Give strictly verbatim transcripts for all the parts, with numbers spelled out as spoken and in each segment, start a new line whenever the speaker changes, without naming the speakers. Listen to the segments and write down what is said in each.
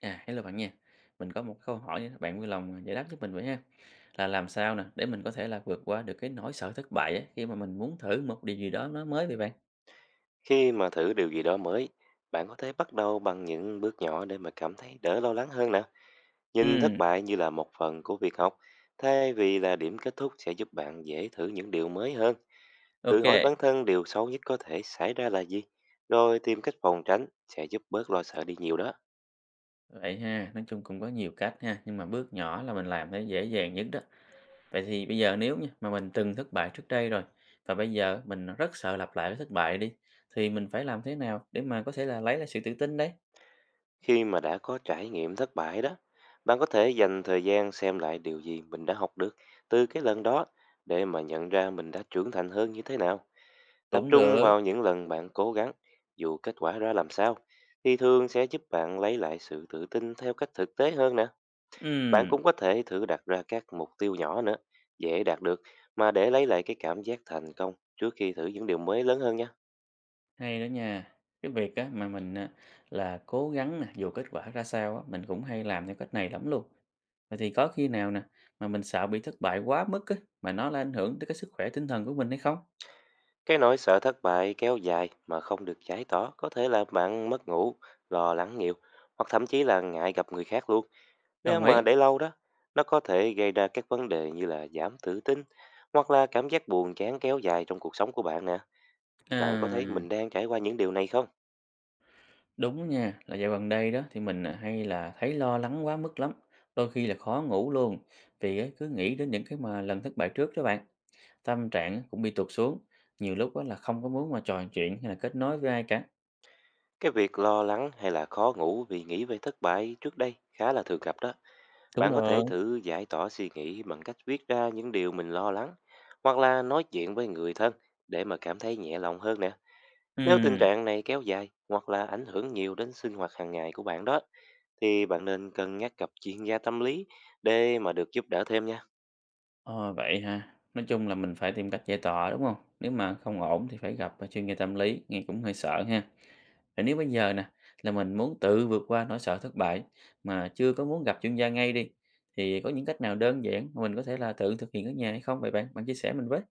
À, hello bạn nha. Mình có một câu hỏi nữa, bạn vui lòng à, giải đáp giúp mình với ha. Là làm sao nè để mình có thể là vượt qua được cái nỗi sợ thất bại á, khi mà mình muốn thử một điều gì đó nó mới vậy bạn?
Khi mà thử điều gì đó mới, bạn có thể bắt đầu bằng những bước nhỏ để mà cảm thấy đỡ lo lắng hơn nè. Nhìn thất
Ừm,
bại như là một phần của việc học, thay vì là điểm kết thúc sẽ giúp bạn dễ thử những điều mới hơn. Tự hỏi
ok.
bản thân điều xấu nhất có thể xảy ra là gì, rồi tìm cách phòng tránh sẽ giúp bớt lo sợ đi nhiều đó.
Vậy ha, nói chung cũng có nhiều cách ha, nhưng mà bước nhỏ là mình làm thấy dễ dàng nhất đó. Vậy thì bây giờ nếu nha mà mình từng thất bại trước đây rồi và bây giờ mình rất sợ lặp lại cái thất bại đi thì mình phải làm thế nào để mà có thể là lấy lại sự tự tin đấy?
Khi mà đã có trải nghiệm thất bại đó, bạn có thể dành thời gian xem lại điều gì mình đã học được từ cái lần đó để mà nhận ra mình đã trưởng thành hơn như thế nào. Tập
Cũng
trung vào
được.
những lần bạn cố gắng, dù kết quả ra làm sao, thì thường sẽ giúp bạn lấy lại sự tự tin theo cách thực tế hơn nè. Bạn
Ừm.
cũng có thể thử đặt ra các mục tiêu nhỏ nữa, dễ đạt được, mà để lấy lại cái cảm giác thành công trước khi thử những điều mới lớn hơn nha.
Hay đó nha. Cái việc á mà mình, à, là cố gắng nè, dù kết quả ra sao á, mình cũng hay làm theo cách này lắm luôn. Vậy thì có khi nào nè, mà mình sợ bị thất bại quá mức á, mà nó lại ảnh hưởng tới cái sức khỏe tinh thần của mình hay không?
Cái nỗi sợ thất bại kéo dài mà không được giải tỏa có thể làm bạn mất ngủ, lo lắng nhiều, hoặc thậm chí là ngại gặp người khác luôn. Nếu
Đồng
mà
ý.
để lâu đó, nó có thể gây ra các vấn đề như là giảm tự tin hoặc là cảm giác buồn chán kéo dài trong cuộc sống của bạn nè. Bạn có thấy
À,
mình đang trải qua những điều này không?
đúng nha, là dạo gần đây đó thì mình, à, hay là thấy lo lắng quá mức lắm, đôi khi là khó ngủ luôn, vì á cứ nghĩ đến những cái mà lần thất bại trước đó bạn. Tâm trạng á cũng bị tụt xuống, nhiều lúc á là không có muốn mà trò chuyện hay là kết nối với ai cả.
Cái việc lo lắng hay là khó ngủ vì nghĩ về thất bại trước đây khá là thường gặp đó.
Đúng
Bạn có thể
rồi.
thử giải tỏa suy nghĩ bằng cách viết ra những điều mình lo lắng hoặc là nói chuyện với người thân để mà cảm thấy nhẹ lòng hơn nè. Nếu tình
Ừm.
trạng này kéo dài hoặc là ảnh hưởng nhiều đến sinh hoạt hàng ngày của bạn đó thì bạn nên cân nhắc gặp chuyên gia tâm lý để mà được giúp đỡ thêm nha.
Ờ, vậy ha. Nói chung là mình phải tìm cách giải tỏa, đúng không. Nếu mà không ổn thì phải gặp, à, chuyên gia tâm lý, nghe cũng hơi sợ ha. Vậy nếu bây giờ nè, là mình muốn tự vượt qua nỗi sợ thất bại mà chưa có muốn gặp chuyên gia ngay đi, thì có những cách nào đơn giản mà mình có thể là tự thực hiện ở nhà hay không vậy bạn? Bạn chia sẻ mình với.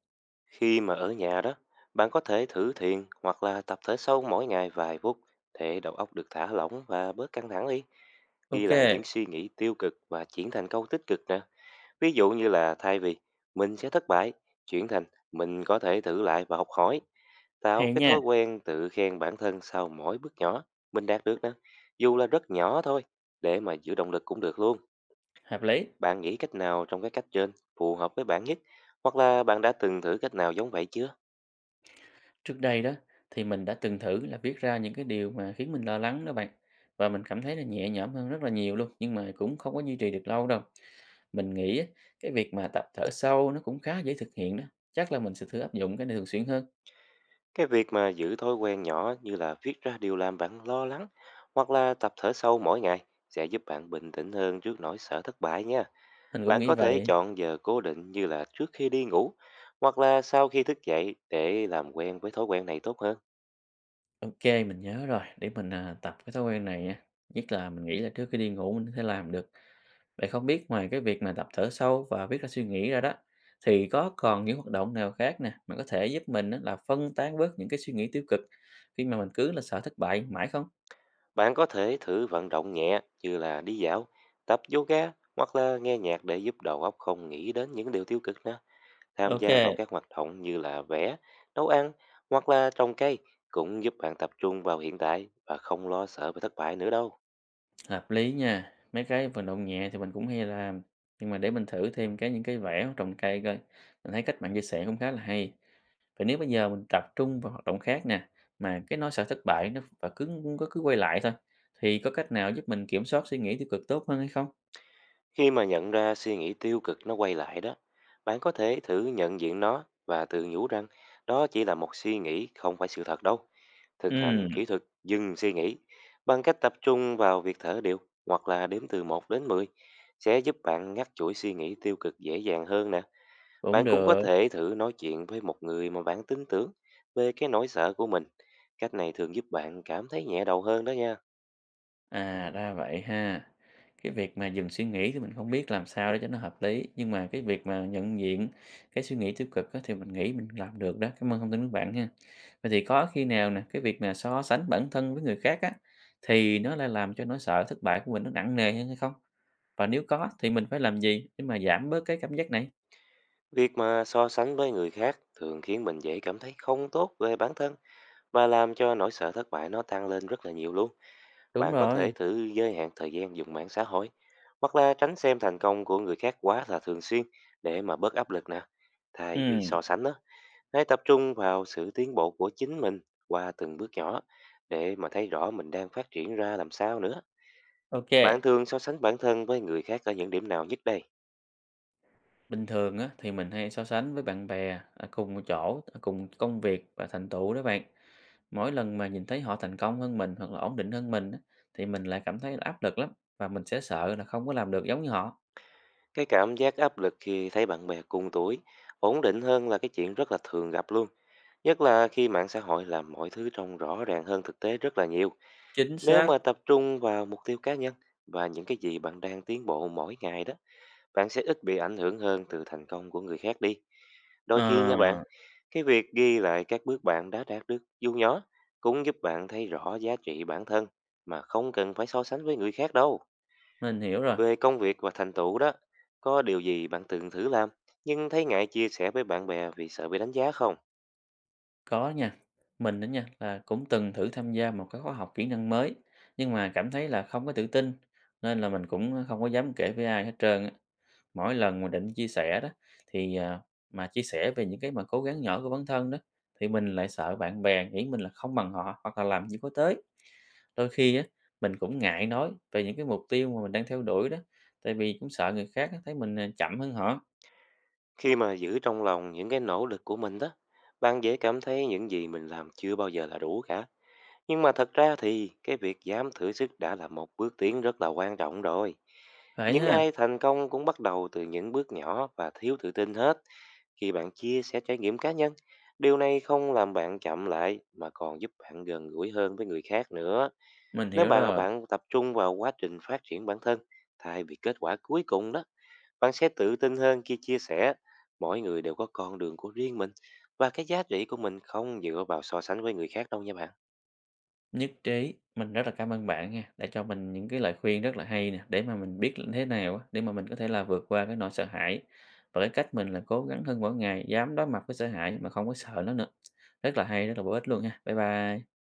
Khi mà ở nhà đó, bạn có thể thử thiền hoặc là tập thở sâu mỗi ngày vài phút để đầu óc được thả lỏng và bớt căng thẳng đi. Ghi
Ok,
lại những suy nghĩ tiêu cực và chuyển thành câu tích cực nè. Ví dụ như là thay vì mình sẽ thất bại, chuyển thành mình có thể thử lại và học hỏi. Tạo
hay
cái
nha,
thói quen tự khen bản thân sau mỗi bước nhỏ mình đạt được nè. Dù là rất nhỏ thôi, để mà giữ động lực cũng được luôn.
hợp lý.
Bạn nghĩ cách nào trong các cách trên phù hợp với bạn nhất? Hoặc là bạn đã từng thử cách nào giống vậy chưa?
Trước đây đó thì mình đã từng thử là viết ra những cái điều mà khiến mình lo lắng đó bạn và mình cảm thấy là nhẹ nhõm hơn rất là nhiều luôn nhưng mà cũng không có duy trì được lâu đâu. Mình nghĩ á, cái việc mà tập thở sâu nó cũng khá dễ thực hiện đó. Chắc là mình sẽ thử áp dụng cái này thường xuyên hơn.
Cái việc mà giữ thói quen nhỏ như là viết ra điều làm bạn lo lắng hoặc là tập thở sâu mỗi ngày sẽ giúp bạn bình tĩnh hơn trước nỗi sợ thất bại nha.
Mình cũng
Bạn
nghĩ
có thể
vậy.
chọn giờ cố định như là trước khi đi ngủ hoặc là sau khi thức dậy để làm quen với thói quen này tốt hơn.
OK, mình nhớ rồi, để mình, à, tập cái thói quen này nha, nhất là mình nghĩ là trước khi đi ngủ mình có thể làm được. Vậy không biết ngoài cái việc mà tập thở sâu và viết ra suy nghĩ ra đó, thì có còn những hoạt động nào khác nè, mà có thể giúp mình á là phân tán bớt những cái suy nghĩ tiêu cực khi mà mình cứ là sợ thất bại mãi không?
Bạn có thể thử vận động nhẹ như là đi dạo, tập yoga hoặc là nghe nhạc để giúp đầu óc không nghĩ đến những điều tiêu cực nữa. Tham gia vào
OK,
các hoạt động như là vẽ, nấu ăn hoặc là trồng cây cũng giúp bạn tập trung vào hiện tại và không lo sợ về thất bại nữa đâu.
hợp lý nha, mấy cái vận động nhẹ thì mình cũng hay làm, nhưng mà để mình thử thêm cái những cái vẽ trồng cây coi, mình thấy cách bạn chia sẻ cũng khá là hay. Vậy nếu bây giờ mình tập trung vào hoạt động khác nè, mà cái nỗi sợ thất bại nó và cứ cứ cứ quay lại thôi, thì có cách nào giúp mình kiểm soát suy nghĩ tiêu cực tốt hơn hay không?
Khi mà nhận ra suy nghĩ tiêu cực nó quay lại đó, bạn có thể thử nhận diện nó và tự nhủ rằng đó chỉ là một suy nghĩ không phải sự thật đâu. Thực
Ừ,
hành kỹ thuật dừng suy nghĩ bằng cách tập trung vào việc thở đều hoặc là đếm từ một đến mười sẽ giúp bạn ngắt chuỗi suy nghĩ tiêu cực dễ dàng hơn nè.
cũng
Bạn cũng có
được.
thể thử nói chuyện với một người mà bạn tin tưởng về cái nỗi sợ của mình. Cách này thường giúp bạn cảm thấy nhẹ đầu hơn đó nha.
À, ra vậy ha. Cái việc mà dừng suy nghĩ thì mình không biết làm sao để cho nó hợp lý, nhưng mà cái việc mà nhận diện cái suy nghĩ tiêu cực á, thì mình nghĩ mình làm được đó. Cảm ơn thông tin của bạn ha. Vậy thì có khi nào nè, cái việc mà so sánh bản thân với người khác á, thì nó lại làm cho nỗi sợ thất bại của mình nó nặng nề hơn hay không? Và nếu có thì mình phải làm gì để mà giảm bớt cái cảm giác này?
Việc mà so sánh với người khác thường khiến mình dễ cảm thấy không tốt về bản thân và làm cho nỗi sợ thất bại nó tăng lên rất là nhiều luôn.
Đúng
Bạn có
rồi.
thể thử giới hạn thời gian dùng mạng xã hội hoặc là tránh xem thành công của người khác quá là thường xuyên để mà bớt áp lực nè,
Ừ,
thay vì so sánh đó. Hãy tập trung vào sự tiến bộ của chính mình qua từng bước nhỏ để mà thấy rõ mình đang phát triển ra làm sao nữa. Bạn
ok.
thường so sánh bản thân với người khác ở những điểm nào nhất đây?
Bình thường á, thì mình hay so sánh với bạn bè ở cùng một chỗ, ở cùng công việc và thành tựu đó bạn. Mỗi lần mà nhìn thấy họ thành công hơn mình hoặc là ổn định hơn mình á, thì mình lại cảm thấy là áp lực lắm và mình sẽ sợ là không có làm được giống như họ.
Cái cảm giác áp lực khi thấy bạn bè cùng tuổi ổn định hơn là cái chuyện rất là thường gặp luôn. Nhất là khi mạng xã hội làm mọi thứ trông rõ ràng hơn thực tế rất là nhiều.
Chính
Nếu
xác.
mà tập trung vào mục tiêu cá nhân và những cái gì bạn đang tiến bộ mỗi ngày đó, bạn sẽ ít bị ảnh hưởng hơn từ thành công của người khác đi. Đôi khi nha bạn,
Ờ,
cái việc ghi lại các bước bạn đã đạt được dù nhỏ cũng giúp bạn thấy rõ giá trị bản thân mà không cần phải so sánh với người khác đâu.
mình hiểu rồi.
Về công việc và thành tựu đó, có điều gì bạn từng thử làm nhưng thấy ngại chia sẻ với bạn bè vì sợ bị đánh giá không?
Có nha. Mình đó nha là cũng từng thử tham gia một cái khóa học kỹ năng mới nhưng mà cảm thấy là không có tự tin nên là mình cũng không có dám kể với ai hết trơn á. Mỗi lần mà định chia sẻ đó thì, à, mà chia sẻ về những cái mà cố gắng nhỏ của bản thân đó, thì mình lại sợ bạn bè nghĩ mình là không bằng họ hoặc là làm chưa có tới. Đôi khi á, mình cũng ngại nói về những cái mục tiêu mà mình đang theo đuổi đó, tại vì cũng sợ người khác thấy mình, à, chậm hơn họ.
Khi mà giữ trong lòng những cái nỗ lực của mình đó, bạn dễ cảm thấy những gì mình làm chưa bao giờ là đủ cả. Nhưng mà thật ra thì cái việc dám thử sức đã là một bước tiến rất là quan trọng rồi.
Vậy
Những ai
ha,
thành công cũng bắt đầu từ những bước nhỏ và thiếu tự tin hết. Khi bạn chia sẻ trải nghiệm cá nhân, điều này không làm bạn chậm lại mà còn giúp bạn gần gũi hơn với người khác nữa.
mình
Nếu
hiểu
bạn
rồi.
bạn tập trung vào quá trình phát triển bản thân thay vì kết quả cuối cùng đó, bạn sẽ tự tin hơn khi chia sẻ. Mỗi người đều có con đường của riêng mình và cái giá trị của mình không dựa vào so sánh với người khác đâu nha bạn.
Nhất trí, mình rất là cảm ơn bạn nha, đã cho mình những cái lời khuyên rất là hay nè, để mà mình biết là thế nào á, để mà mình có thể là vượt qua cái nỗi sợ hãi. Và cái cách mình là cố gắng hơn mỗi ngày, dám đối mặt với sợ hãi mà không có sợ nó nữa. Rất là hay, rất là bổ ích luôn nha. Bye bye.